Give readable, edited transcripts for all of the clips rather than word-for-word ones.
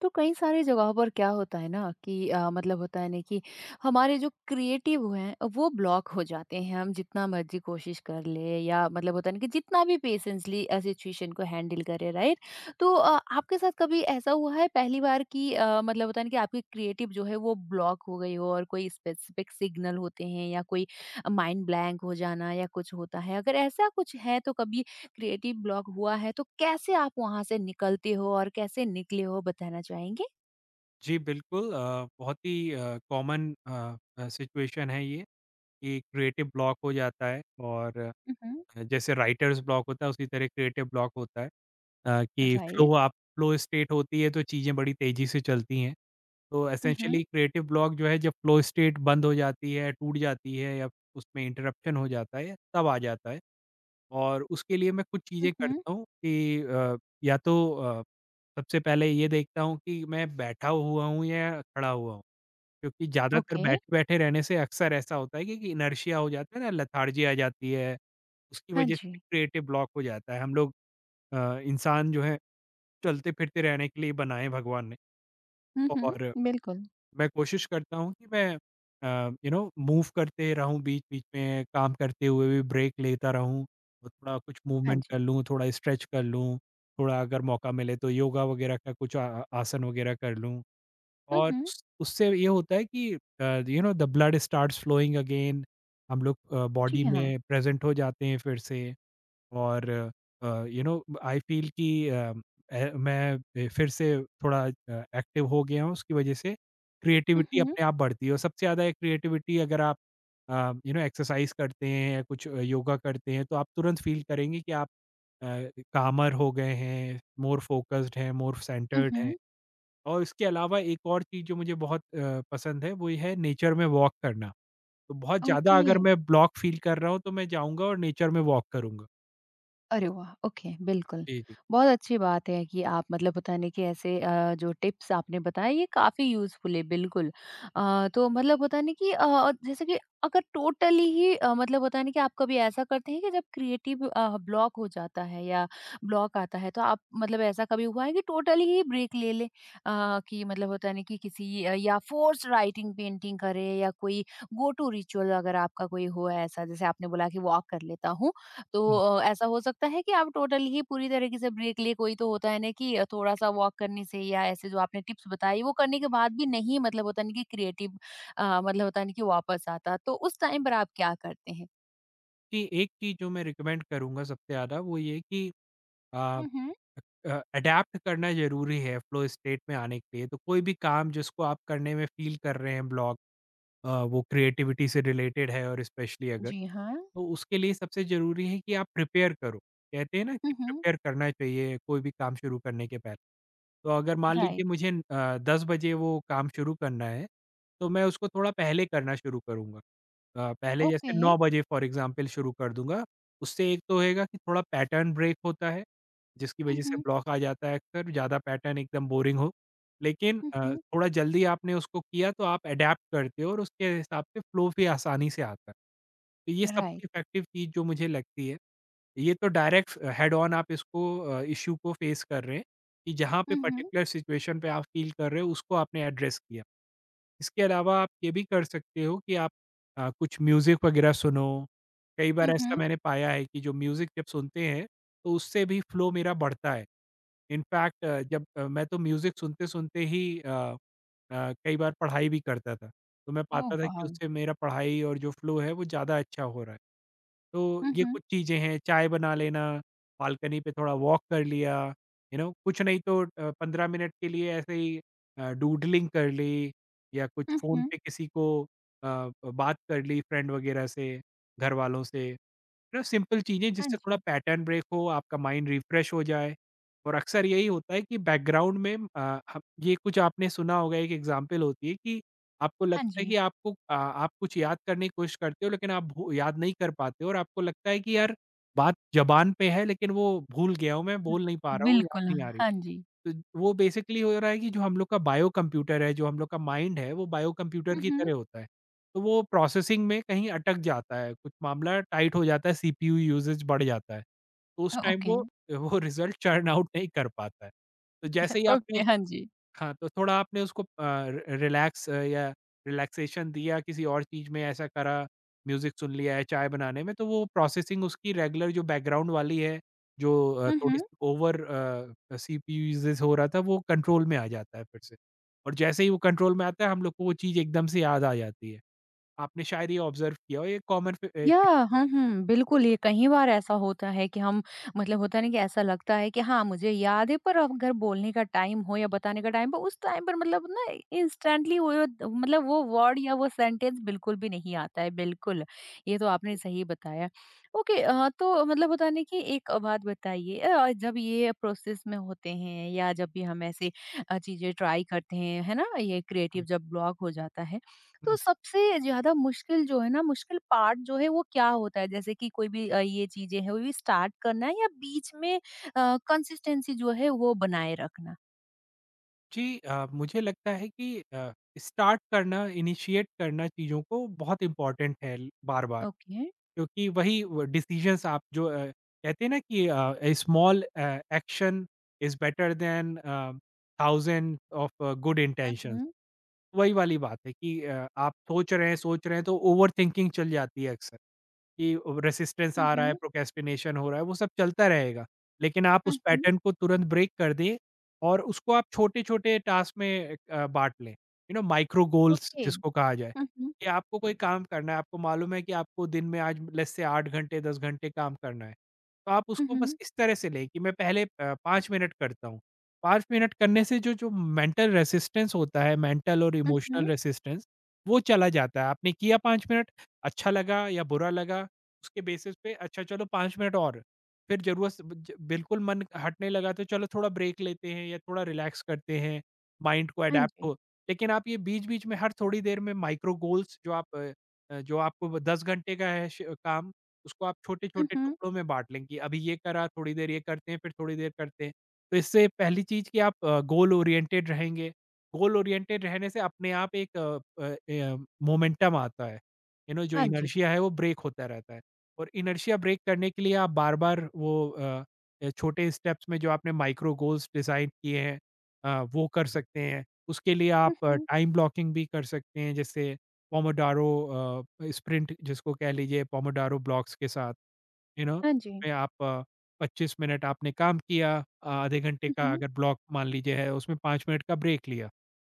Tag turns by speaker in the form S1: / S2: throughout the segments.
S1: तो कई सारी जगहों पर क्या होता है ना कि मतलब होता है ना कि हमारे जो क्रिएटिव हैं वो ब्लॉक हो जाते हैं। हम जितना मर्जी कोशिश कर ले या मतलब होता है ना कि जितना भी पेशेंसली सिचुएशन को हैंडल करे, राइट। तो आपके साथ कभी ऐसा हुआ है पहली बार कि मतलब होता है ना कि आपकी क्रिएटिव जो है वो ब्लॉक हो गई हो, और कोई स्पेसिफिक सिग्नल होते हैं या कोई माइंड ब्लैंक हो जाना या कुछ होता है? अगर ऐसा कुछ है तो कभी क्रिएटिव ब्लॉक हुआ है तो कैसे आप वहाँ से निकलते हो और कैसे निकले हो बताना चाहेंगे?
S2: जी, बिल्कुल बहुत ही कॉमन सिचुएशन है ये कि क्रिएटिव ब्लॉक हो जाता है और
S1: उहुँ।
S2: जैसे राइटर्स ब्लॉक होता है उसी तरह क्रिएटिव ब्लॉक होता है। कि
S1: राइट।
S2: फ्लो आप फ्लो स्टेट होती है तो चीज़ें बड़ी तेज़ी से चलती हैं। तो
S1: उहुँ।
S2: एसेंशियली क्रिएटिव ब्लॉक जो है जब फ्लो स्टेट बंद हो जाती है, टूट जाती है या उसमें इंटरप्शन हो जाता है तब आ जाता है। और उसके लिए मैं कुछ चीज़ें
S1: उहुँ।
S2: करता हूँ कि या तो सबसे पहले ये देखता हूँ कि मैं बैठा हुआ हूँ या खड़ा हुआ हूँ। क्योंकि ज़्यादातर
S1: ओके।
S2: बैठे-बैठे रहने से अक्सर ऐसा होता है कि इनर्शिया हो जाता है ना, लेथार्जी आ जाती है, उसकी
S1: हाँ
S2: वजह से
S1: जी।
S2: क्रिएटिव ब्लॉक हो जाता है। हम लोग इंसान जो है चलते-फिरते रहने के लिए बनाए भगवान ने।
S1: हुँ,
S2: और
S1: हुँ, बिल्कुल।
S2: मैं कोशिश करता हूँ कि मैं यू नो मूव करते रहूँ बीच-बीच में, काम करते हुए भी ब्रेक लेता रहूँ और थोड़ा कुछ
S1: हाँ
S2: मूवमेंट
S1: जी।
S2: कर लूँ, थोड़ा स्ट्रेच कर लूँ, थोड़ा अगर मौका मिले तो योगा वगैरह का कुछ आ आसन वगैरह कर लूँ। और
S1: उहुँ।
S2: उस उससे ये होता है कि you know the blood starts flowing again. हम लोग बॉडी
S1: जी हाँ।
S2: में प्रेज़ेंट हो जाते हैं फिर से और यू नो आई फ़ील कि ए मैं ए फिर से थोड़ा एक्टिव हो गया हूँ। उसकी वज़ह से क्रिएटिविटी
S1: उहुँ,
S2: अपने आप बढ़ती है और सबसे ज़्यादा क्रिएटिविटी अगर आप यू नो एक्सरसाइज़ करते हैं या कुछ योगा करते हैं तो आप तुरंत फ़ील करेंगे कि आप अ, कामर हो गए हैं, मोर फ़ोकस्ड हैं, मोर सेंटर्ड हैं।
S1: उहुँ।
S2: और इसके अलावा एक और चीज़ जो मुझे बहुत पसंद है, वो ये है नेचर में वॉक करना। तो बहुत ज़्यादा
S1: ओके।
S2: अगर मैं ब्लॉक फ़ील कर रहा हूँ तो मैं जाऊँगा और नेचर में वॉक करूँगा।
S1: अरे वाह! ओके, बिल्कुल।
S2: जी, जी।
S1: बहुत अच्छी बात है कि आप मतलब पता नहीं कि ऐसे जो टिप्स आपने बताए ये काफ़ी यूज़फुल है, बिल्कुल। तो मतलब होता है ना कि जैसे कि अगर टोटली ही मतलब होता है ना कि आप कभी ऐसा करते हैं कि जब क्रिएटिव ब्लॉक हो जाता है या ब्लॉक आता है तो आप मतलब ऐसा कभी हुआ है कि टोटली ही ब्रेक ले लें? कि मतलब होता है ना कि किसी या फोर्स राइटिंग पेंटिंग करें या कोई गो टू रिचुअल अगर आपका कोई हो, ऐसा जैसे आपने बोला कि वॉक कर लेता हूँ। तो
S2: हुँ,
S1: ऐसा हो सकता है कि आप टोटल ही पूरी तरीके से ब्रेक लिए कोई तो होता है ना कि थोड़ा-सा वॉक करने से या ऐसे जो आपने टिप्स बताई वो करने के बाद भी नहीं, मतलब होता नहीं कि क्रिएटिव मतलब होता नहीं कि वापस आता, तो उस टाइम पर आप क्या करते हैं?
S2: कि एक चीज़ जो मैं रिकमेंड करूँगा सबसे ज़्यादा वो ये कि अ
S1: हुँ, हुँ।
S2: अ, अडैप्ट करना ज़रूरी है फ़्लो स्टेट में आने के लिए। तो कोई भी काम जिसको आप करने में फ़ील कर रहे हैं ब्लॉक, वो क्रिएटिविटी से रिलेटेड है और स्पेशली अगर,
S1: जी हाँ।
S2: तो उसके लिए सबसे ज़रूरी है कि आप प्रिपेयर करो। कहते हैं ना कि
S1: हुँ, हुँ।
S2: प्रिपेयर करना चाहिए कोई भी काम शुरू करने के पहले। तो अगर मान
S1: राइट।
S2: लीजिए मुझे 10 बजे वो काम शुरू करना है, तो मैं उसको थोड़ा पहले करना शुरू करूँगा। पहले जैसे
S1: ओके।
S2: 9 बजे फॉर एग्ज़ाम्पल शुरू कर दूँगा। उससे एक तो होएगा कि थोड़ा पैटर्न ब्रेक होता है, जिसकी
S1: हुँ,
S2: वज़ह से
S1: हुँ।
S2: ब्लॉक आ जाता है अक्सर, ज़्यादा पैटर्न एकदम बोरिंग हो। लेकिन
S1: हुँ, हुँ।
S2: थोड़ा जल्दी आपने उसको किया तो आप अडैप्ट करते हो और उसके हिसाब से फ्लो भी आसानी से आता है। तो ये सबसे
S1: राइट।
S2: इफ़ेक्टिव चीज़ जो मुझे लगती है, ये तो डायरेक्ट हेड ऑन आप इसको इश्यू को फेस कर रहे हैं। कि जहाँ पे
S1: हुँ, हुँ।
S2: पर्टिकुलर सिचुएशन पे आप फ़ील कर रहे हो उसको आपने एड्रेस किया। इसके अलावा आप ये भी कर सकते हो कि आप कुछ म्यूज़िक वगैरह सुनो। कई बार
S1: हुँ,
S2: ऐसा
S1: हुँ।
S2: मैंने पाया है कि जो म्यूज़िक जब सुनते हैं तो उससे भी फ़्लो मेरा बढ़ता है। इनफैक्ट जब मैं तो म्यूज़िक सुनते-सुनते ही कई बार पढ़ाई भी करता था। तो मैं
S1: ओह
S2: पाता था कि
S1: वाव!
S2: उससे मेरा पढ़ाई और जो फ़्लो है वो ज़्यादा अच्छा हो रहा है। तो
S1: हुँ,
S2: ये
S1: हुँ।
S2: कुछ चीज़ें हैं, चाय बना लेना, बालकनी पे थोड़ा वॉक कर लिया। यू नो कुछ नहीं तो 15 मिनट के लिए ऐसे ही डूडलिंग कर ली या कुछ
S1: हुँ,
S2: फ़ोन
S1: हुँ।
S2: पे किसी को बात कर ली फ्रेंड वगैरह से, घर वालों से। ना सिंपल चीज़ें
S1: हाँ
S2: जिससे थोड़ा
S1: जी।
S2: पैटर्न ब्रेक हो, आपका माइंड रिफ्रेश हो जाए। और अक्सर यही होता है कि बैकग्राउंड में अ, ह ये कुछ आपने सुना होगा, एक एग्ज़ाम्पल होती है कि आपको
S1: हाँ
S2: लगता है
S1: जी।
S2: कि आपको आप कुछ याद करने की कोशिश करते हो लेकिन आप भू याद नहीं कर पाते हो और आपको लगता है कि यार बात ज़बान पे है लेकिन वो भूल गया हूँ मैं, बोल नहीं पा रहा हूँ, याद
S1: बिल्कुल,
S2: नहीं आ रही।
S1: हाँ जी।
S2: तो वो बेसिकली हो रहा है कि जो हम लोग का बायो कंप्यूटर है, जो हम लोग का माइंड है, वो बायो कंप्यूटर
S1: हुँ,
S2: की
S1: हुँ।
S2: तरह होता है। तो वो प्रोसेसिंग में कहीं अटक जाता है, कुछ मामला टाइट हो जाता है, सीपीयू यूसेज बढ़ जाता है। तो उस टाइम
S1: ओके।
S2: वो रिज़ल्ट चर्न आउट नहीं कर पाता है। तो जैसे ही आपने
S1: ओके,
S2: उस,
S1: हाँ जी।
S2: हाँ, तो थोड़ा आपने उसको रि रिलैक्स या रिलैक्सेशन दिया किसी और चीज़ में ऐसा करा, म्यूज़िक सुन लिया है चाय बनाने में, तो वो प्रोसेसिंग उसकी रेगुलर जो बैकग्राउंड वाली है, जो
S1: हुँ, हुँ।
S2: थोड़ी-सी ओवर सीपीयूज़ हो रहा था, वो कंट्रोल में आ जाता है फिर से। और जैसे ही वो कंट्रोल में आता है, हम लोग को वो चीज़ एकदम से याद आ जाती है। आपने शायद ये ऑब्ज़र्व किया हो, ये कॉमन फ
S1: या
S2: एक
S1: हुँ, हुँ, बिल्कुल, ये कई बार ऐसा होता है कि हम मतलब होता है ना कि ऐसा लगता है कि हाँ, मुझे याद है, पर अब अगर बोलने का टाइम हो या बताने का टाइम हो, उस टाइम पर मतलब ना इंस्टेंटली वो मतलब वो वर्ड या वो सेंटेंस बिल्कुल भी नहीं आता है, बिल्कुल। ये तो आपने सही बताया। ओके तो मतलब होता है ना कि एक बात बताइए, जब ये प्रोसेस में होते हैं या जब भी हम ऐसे चीज़ें ट्राई करते हैं, है ना? ये क्रिएटिव
S2: हुँ,
S1: जब ब्लॉक हो जाता है तो
S2: हुँ।
S1: सबसे ज़्यादा मुश्किल जो है ना, मुश्किल पार्ट जो है वो क्या होता है? जैसे कि कोई भी ये चीज़ें हैं, वो भी स्टार्ट करना या बीच में कंसिस्टेंसी जो है वो बनाए रखना?
S2: जी, मुझे लगता है कि स्टार्ट करना, इनिशिएट करना चीज़ों को बहुत इम्पोर्टेंट है ल बार-बार।
S1: ओके।
S2: क्योंकि वही व डिसीज़न्स आप जो कहते हैं ना कि a small action is better than uh, thousand of good
S1: hmm,
S2: intentions.
S1: Hmm,
S2: वही वाली बात है कि आप सोच रहे हैं तो ओवरथिंकिंग चल जाती है अक्सर। कि रेसिस्टेंस आ रहा है,
S1: हुँ,
S2: प्रोक्रेस्टिनेशन हो रहा है, वो सब चलता रहेगा। लेकिन आप
S1: हुँ,
S2: उस
S1: हुँ।
S2: पैटर्न को तुरंत ब्रेक कर दें और उसको आप छोटे-छोटे टास्क में बाँट लें। You know micro goals
S1: okay.
S2: जिसको कहा जाए,
S1: हुँ, हुँ,
S2: कि आपको कोई काम करना है, आपको मालूम है कि आपको दिन में आज लेट्स से 8 घंटे, 10 घंटे काम करना है। तो आप
S1: हुँ,
S2: उसको बस
S1: हुँ,
S2: इस तरह से लें कि मैं पहले 5 मिनट करता हूँ। 5 मिनट करने से जो जो मेंटल रेसिस्टेंस होता है, मेंटल और
S1: हुँ,
S2: इमोशनल
S1: हुँ।
S2: रेसिस्टेंस, वो चला जाता है। आपने किया 5 मिनट, अच्छा लगा या बुरा लगा उसके बेसिस पे, अच्छा चलो 5 मिनट और, फिर ज़रूरत से ब ज बिल्कुल मन हटने लगा तो चलो थोड़ा ब्रेक लेते हैं या थोड़ा रिलैक्स करते हैं, माइंड को
S1: हाँ
S2: अडैप्ट हो।
S1: जी।
S2: लेकिन आप ये बीच-बीच में हर थोड़ी देर में माइक्रो गोल्स जो आप जो आपको ब 10 घंटे का है श काम, उसको आप
S1: हुँ,
S2: छोटे-छोटे
S1: हुँ।
S2: टुकड़ों में बाँट लें कि अभी ये करा, थोड़ी देर ये करते हैं, फिर थोड़ी देर करते हैं। तो इससे पहली चीज़ कि आप गोल ओरिएंटेड रहेंगे, गोल ओरिएंटेड रहने से अपने आप एक मोमेंटम आता है, यू नो जो
S1: हाँ जी।
S2: इनर्शिया है वो ब्रेक होता रहता है। और इनर्शिया ब्रेक करने के लिए आप बार-बार वो अ, ए छोटे स्टेप्स में जो आपने माइक्रो गोल्स डिज़ाइन किए हैं, वो कर सकते हैं। उसके लिए
S1: हुँ,
S2: आप
S1: हुँ।
S2: टाइम ब्लॉकिंग भी कर सकते हैं जैसे पोमोडारो स्प्रिंट जिसको कह लीजिए, पोमोडारो ब्लॉक्स के साथ, यू नो
S1: हाँ जी।
S2: उसमें आप 25 मिनट आपने काम किया, आधे घंटे
S1: हुँ,
S2: का
S1: हुँ।
S2: अगर ब्लॉक मान लीजिए है उसमें 5 मिनट का ब्रेक लिया,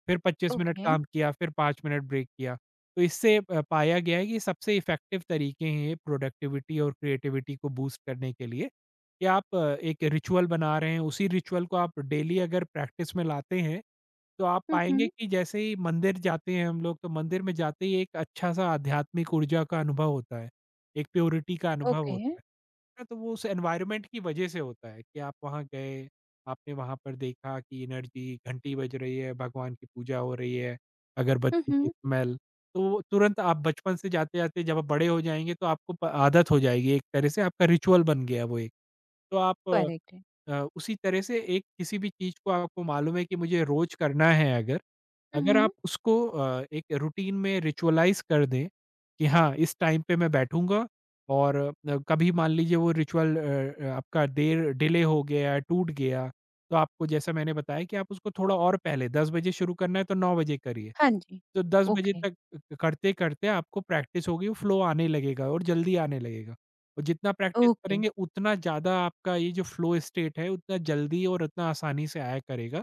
S2: फिर 25 मिनट
S1: ओके।
S2: काम किया, फिर 5 मिनट ब्रेक किया। तो इससे पाया गया है कि सबसे इफ़ेक्टिव तरीके हैं ये प्रोडक्टिविटी और क्रिएटिविटी को बूस्ट करने के लिए कि आप एक रिचुअल बना रहे हैं, उसी रिचुअल को आप डेली अगर प्रैक्टिस में लाते हैं, तो आप
S1: हुँ,
S2: पाएँगे
S1: हुँ।
S2: कि जैसे ही मंदिर जाते हैं हम लोग, तो मंदिर में जाते ही एक अच्छा-सा आध्यात्मिक ऊर्जा का अनुभव होता है, एक प्योरिटी का अनुभव
S1: ओके।
S2: होता है। ना तो वो उस एनवायरनमेंट की वजह से होता है कि आप वहाँ गए, आपने वहाँ पर देखा कि एनर्जी, घंटी बज रही है, भगवान की पूजा हो रही है,
S1: हुँ,
S2: अगरबत्ती की
S1: हुँ।
S2: स्मेल, तो वो तुरंत आप बचपन से जाते-जाते जब आप बड़े हो जाएँगे तो आपको प आदत हो जाएगी, एक तरह से आपका रिचुअल बन गया वो एक। तो आप
S1: करेक्ट है।
S2: उसी तरह से एक किसी भी चीज़ को आपको मालूम है कि मुझे रोज़ करना है अगर,
S1: हुँ,
S2: अगर आप
S1: हुँ।
S2: उसको एक रूटीन में रिचुअलाइज़ कर दें कि हाँ, इस टाइम पे मैं बैठूँगा और कभी मान लीजिए वो रिचुअल आपका देर डिले हो गया, टूट गया, तो आपको जैसा मैंने बताया कि आप उसको थोड़ा और पहले, 10 बजे शुरू करना है तो 9 बजे करिए।
S1: हाँ जी।
S2: तो 10 बजे
S1: ओके,
S2: तक करते-करते आपको प्रैक्टिस होगी, वो फ्लो आने लगेगा और जल्दी आने लगेगा। और जितना प्रैक्टिस
S1: ओके,
S2: करेंगे उतना ज़्यादा आपका ये जो फ़्लो स्टेट है उतना जल्दी और उतना आसानी से आया करेगा।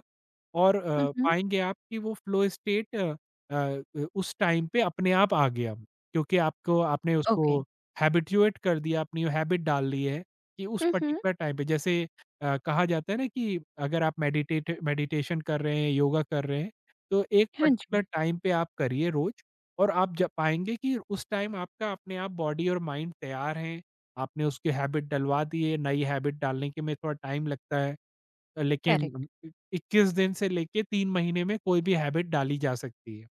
S2: और
S1: हुँ, हुँ।
S2: पाएँगे आप कि वो फ़्लो स्टेट उस टाइम पे अपने आप आ गया, क्योंकि आपको आपने उसको
S1: ओके।
S2: हैबिट्यूएट कर दिया, अपनी हैबिट डाल दी है कि उस
S1: हुँ, हुँ।
S2: पर्टिकुलर टाइम पे जैसे कहा जाता है ना कि अगर आप मेडिटेट मेडिटेशन कर रहे हैं, योगा कर रहे हैं, तो एक
S1: हाँ
S2: पर्टिकुलर
S1: जी,
S2: टाइम पे आप करिए रोज़ और आप ज पाएँगे कि उस टाइम आपका अपने आप बॉडी और माइंड तैयार हैं, आपने उसकी हैबिट डलवा दी है, नई हैबिट डालने के में थोड़ा टाइम लगता है। लेकिन
S1: करेक्ट।
S2: उम, इ 21 दिन से लेके 3 महीने में कोई भी हैबिट डाली जा सकती है।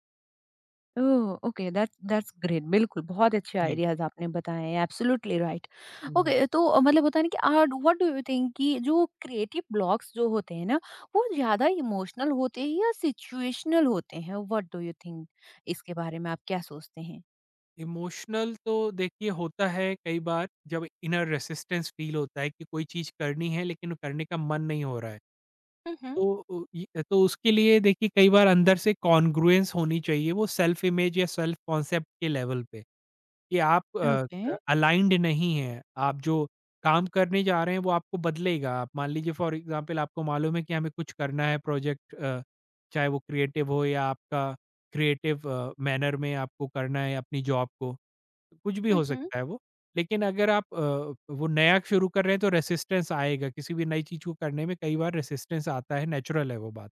S1: Oh! Okay, that's that's great. बिल्कुल, बहुत अच्छे
S2: जी।
S1: आइडियाज़ आपने बताए हैं, एब्सोल्युटली राइट।
S2: हुँ।
S1: ओके, तो मतलब होता है ना कि व्हाट डू यू थिंक कि जो क्रिएटिव ब्लॉक्स जो होते हैं ना, वो ज़्यादा इमोशनल होते हैं या सिचुएशनल होते हैं? What do you think? इसके बारे में आप क्या सोचते हैं?
S2: इमोशनल तो देखिए होता है कई बार जब इनर रेसिस्टेंस फील होता है कि कोई चीज़ करनी है लेकिन करने का मन नहीं हो रहा है।
S1: हुँ, हुँ।
S2: तो उ इ तो उसके लिए देखिए कई बार अंदर से कॉन्ग्रुएंस होनी चाहिए वो सेल्फ इमेज या सेल्फ कॉन्सेप्ट के लेवल पे। कि
S1: ओके।
S2: अलाइन्ड नहीं हैं। आप जो काम करने जा रहे हैं वो आपको बदलेगा। आप मान लीजिए फॉर एग्ज़ाम्पल आपको मालूम है कि हमें कुछ करना है चाहे वो क्रिएटिव हो या आपका मैनर में आपको करना है अपनी जॉब को, कुछ भी
S1: हुँ,
S2: हो
S1: हुँ।
S2: सकता है वो। लेकिन अगर वो नया शुरू कर रहे हैं तो रेजिस्टेंस आएगा, किसी भी नई चीज़ को करने में कई बार रेजिस्टेंस आता है, नेचुरल है वो बात।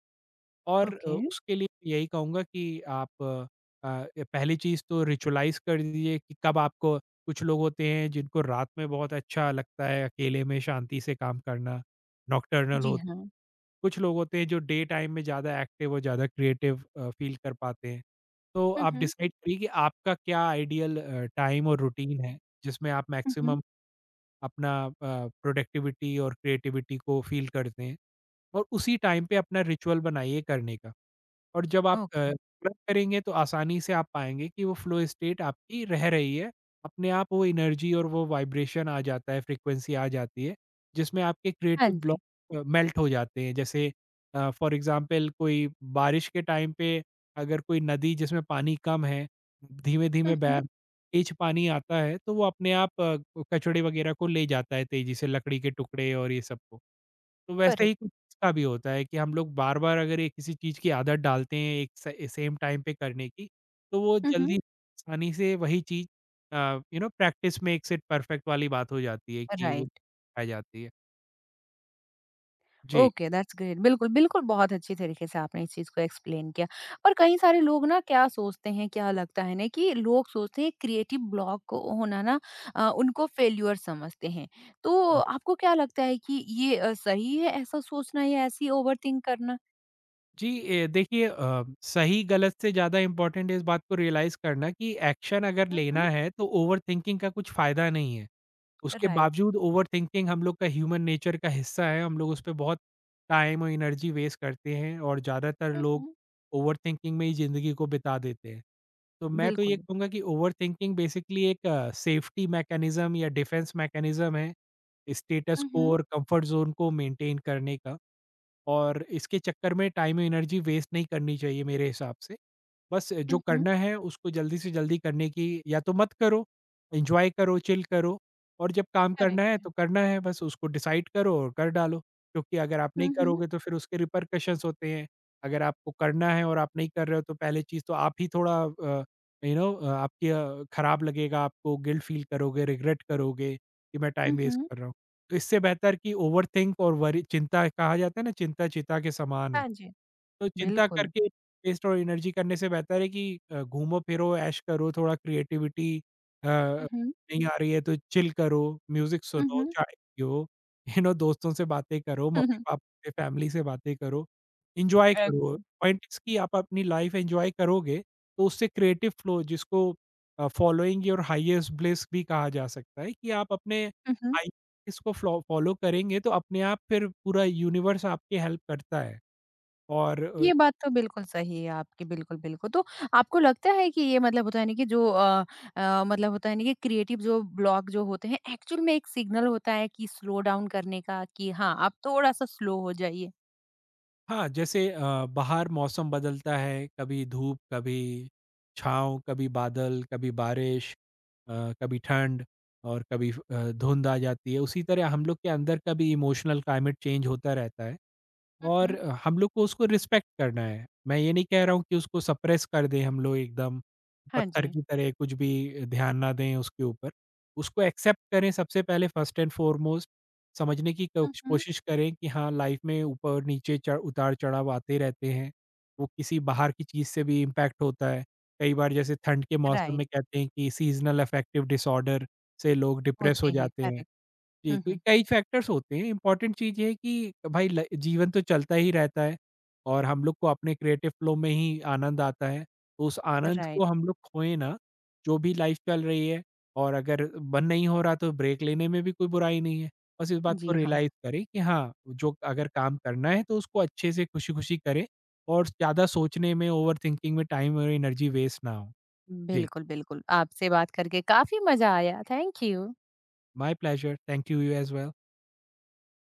S2: और
S1: ओके,
S2: उसके लिए यही कहूँगा कि ये पहली चीज़ तो रिचुअलाइज़ कर दीजिए कि कब आपको कुछ लोग होते हैं जिनको रात में बहुत अच्छा लगता है अकेले में शांति से काम करना, नॉकटर्नल
S1: जी
S2: होते हैं।
S1: हाँ।
S2: कुछ लोग होते हैं जो डे टाइम में ज़्यादा एक्टिव और ज़्यादा फ़ील कर पाते हैं। तो
S1: हुँ,
S2: आप
S1: हुँ।
S2: डिसाइड करिए कि आपका क्या टाइम और रूटीन है, जिसमें आप
S1: हुँ, हुँ।
S2: मैक्सिमम प्रोडक्टिविटी और क्रिएटिविटी को फ़ील करते हैं और उसी टाइम पे अपना रिचुअल बनाइए करने का। और जब
S1: ओके,
S2: तुरंत करेंगे तो आसानी से आप पाएँगे कि वो फ़्लो स्टेट आपकी रह रही है। अपने आप वो एनर्जी और वो वाइब्रेशन आ जाता है, फ्रीक्वेंसी आ जाती है, जिसमें आपके
S1: हाँ
S2: क्रिएटिव
S1: जी।
S2: मेल्ट हो जाते हैं। जैसे फॉर एग्ज़ाम्पल कोई बारिश के टाइम पे अगर कोई नदी जिसमें पानी कम है, धीमे-धीमे
S1: हुँ,
S2: बह
S1: हुँ।
S2: तेज़ पानी आता है तो वो अपने कचड़े वग़ैरह को ले जाता है तेज़ी से, लकड़ी के टुकड़े और ये सब को। तो वैसे ही
S1: करेक्ट।
S2: का भी होता है कि हम लोग बार-बार अगर ये किसी चीज़ की आदत डालते हैं एक स सेम टाइम पे करने की, तो वो
S1: हुँ,
S2: जल्दी
S1: हुँ।
S2: आसानी से वही चीज़ you know practice makes it perfect वाली बात हो जाती है कि वो
S1: राइट।
S2: आ जाती है। जी।
S1: ओके, दैट्स ग्रेट, बिल्कुल, बिल्कुल, बहुत अच्छी तरीके से आपने इस चीज़ को एक्सप्लेन किया। पर कई सारे लोग ना क्या सोचते हैं, क्या लगता है ना कि लोग सोचते हैं क्रिएटिव ब्लॉक को होना ना उनको फेल्योर समझते हैं। तो आपको क्या लगता है कि ये सही है ऐसा सोचना या ऐसी ओवरथिंक करना?
S2: जी, ए सही गलत से ज़्यादा इम्पोर्टेंट है इस बात को रियलाइज़ करना कि एक्शन अगर
S1: हुँ,
S2: लेना
S1: हुँ।
S2: है तो ओवरथिंकिंग का कुछ फ़ायदा नहीं है। उसके
S1: राइट।
S2: बावजूद ओवरथिंकिंग हम लोग का ह्यूमन नेचर का हिस्सा है, हम लोग उस पे बहुत टाइम और एनर्जी वेस्ट करते हैं और ज़्यादातर
S1: हुँ,
S2: लोग
S1: हुँ।
S2: ओवरथिंकिंग में ही ज़िंदगी को बिता देते हैं। तो मैं तो ये
S1: बिल्कुल।
S2: कहूँगा कि ओवरथिंकिंग बेसिकली एक सेफ्टी मैकेनिज़्म या डिफेंस मैकेनिज़्म है, स्टेटस
S1: हुँ,
S2: को
S1: हुँ।
S2: और कंफर्ट ज़ोन को मेंटेन करने का और इसके चक्कर में टाइम एनर्जी वेस्ट नहीं करनी चाहिए मेरे हिसाब से। बस जो
S1: हुँ, हुँ।
S2: करना है उसको जल्दी से जल्दी करने की या तो मत करो, एन्जॉय करो, चिल करो और जब काम करना
S1: करेक्ट
S2: है
S1: है।
S2: तो करना है बस उसको डिसाइड करो और कर डालो। क्योंकि अगर आप नहीं
S1: हुँ, हुँ।
S2: करोगे तो फिर उसके रिपरकशंस होते हैं। अगर आपको करना है और आप नहीं कर रहे हो तो पहली चीज़ तो आप ही यू खराब लगेगा, आपको गिल्ट फील करोगे, रिग्रेट करोगे कि मैं टाइम
S1: हुँ,
S2: वेस्ट
S1: हुँ।
S2: कर रहा हूँ। तो इससे बेहतर कि ओवरथिंक और वरी चिंता कहा जाता है ना चिंता चिता के समान है।
S1: हाँ जी।
S2: तो चिंता
S1: बिल्कुल।
S2: करके वेस्ट और एनर्जी करने से बेहतर है कि घूमो-फिरो, ऐश करो, थोड़ा
S1: हुँ, हुँ।
S2: नहीं आ रही है तो चिल करो, म्यूज़िक
S1: हुँ,
S2: सुनो,
S1: हुँ।
S2: चाय पियो, यू नो दोस्तों से बातें करो, मम्मी-पापा से, फैमिली से बातें करो, एन्जॉय
S1: ओके।
S2: करो। पॉइंट इज़ कि आप अपनी लाइफ़ एन्जॉय करोगे, तो उससे क्रिएटिव फ्लो जिसको फॉलोइंग योर हाईएस्ट ब्लिस भी कहा जा सकता है कि आप अपने
S1: हुँ, हुँ।
S2: हाई इसको फ्लो फॉलो करेंगे तो अपने आप फिर पूरा यूनिवर्स आपकी हेल्प करता है और अ
S1: ये बात तो बिल्कुल सही है आपकी, बिल्कुल, बिल्कुल। तो आपको लगता है कि ये मतलब होता है ना कि मतलब होता है ना कि क्रिएटिव जो ब्लॉक जो होते हैं, एक्चुअल में एक सिग्नल होता है कि स्लो डाउन करने का कि हाँ, आप थोड़ा-सा स्लो हो जाइए।
S2: हाँ, बाहर मौसम बदलता है, कभी धूप, कभी छाँव, कभी बादल, कभी कभी ठंड और कभी धुंध आ जाती है। उसी तरह हम लोग के अंदर का भी इमोशनल क्लाइमेट चेंज होता रहता है।
S1: हुँ,
S2: और
S1: हुँ।
S2: हम लोग को उसको रिस्पेक्ट करना है। मैं ये नहीं कह रहा हूँ कि उसको सप्रेस कर दें हम लोग एकदम,
S1: हाँ
S2: पत्थर
S1: जी।
S2: की तरह कुछ भी ध्यान ना दें उसके ऊपर। उसको एक्सेप्ट करें सबसे पहले फर्स्ट एंड फ़ॉरमोस्ट, समझने की
S1: हुँ,
S2: कोश
S1: हुँ।
S2: कोशिश करें कि हाँ, लाइफ़ में ऊपर-नीचे चढ़ उतार-चढ़ाव आते रहते हैं। वो किसी बाहर की चीज़ से भी इम्पैक्ट होता है। कई बार जैसे ठंड के मौसम
S1: राइट,
S2: में कहते हैं कि सीज़नल अफेक्टिव डिसऑर्डर से लोग डिप्रेस हो
S1: होते हैं,
S2: जाते हैं।
S1: करेक्ट।
S2: जी,
S1: हुँ,
S2: तो
S1: हुँ,
S2: कई फैक्टर्स होते हैं, इम्पोर्टेंट चीज़ ये है कि भाई ल जीवन तो चलता ही रहता है और हम लोग को अपने क्रिएटिव फ्लो में ही आनंद आता है। तो उस बिल्कुल। आनंद को
S1: राइट।
S2: हम लोग खोएँ ना, जो भी लाइफ़ चल रही है और अगर मन नहीं हो रहा तो ब्रेक लेने में भी कोई बुराई नहीं है। बस इस बात को
S1: जी हाँ,
S2: रियलाइज़ करें कि हाँ, जो अगर काम करना है तो उसको अच्छे से खुशी-खुशी करें और ज़्यादा सोचने में, ओवरथिंकिंग में टाइम और एनर्जी वेस्ट ना हो। जी,
S1: बिल्कुल, बिल्कुल। आपसे बात करके काफ़ी मज़ा आया। Thank you.
S2: My pleasure, thank you, you as well.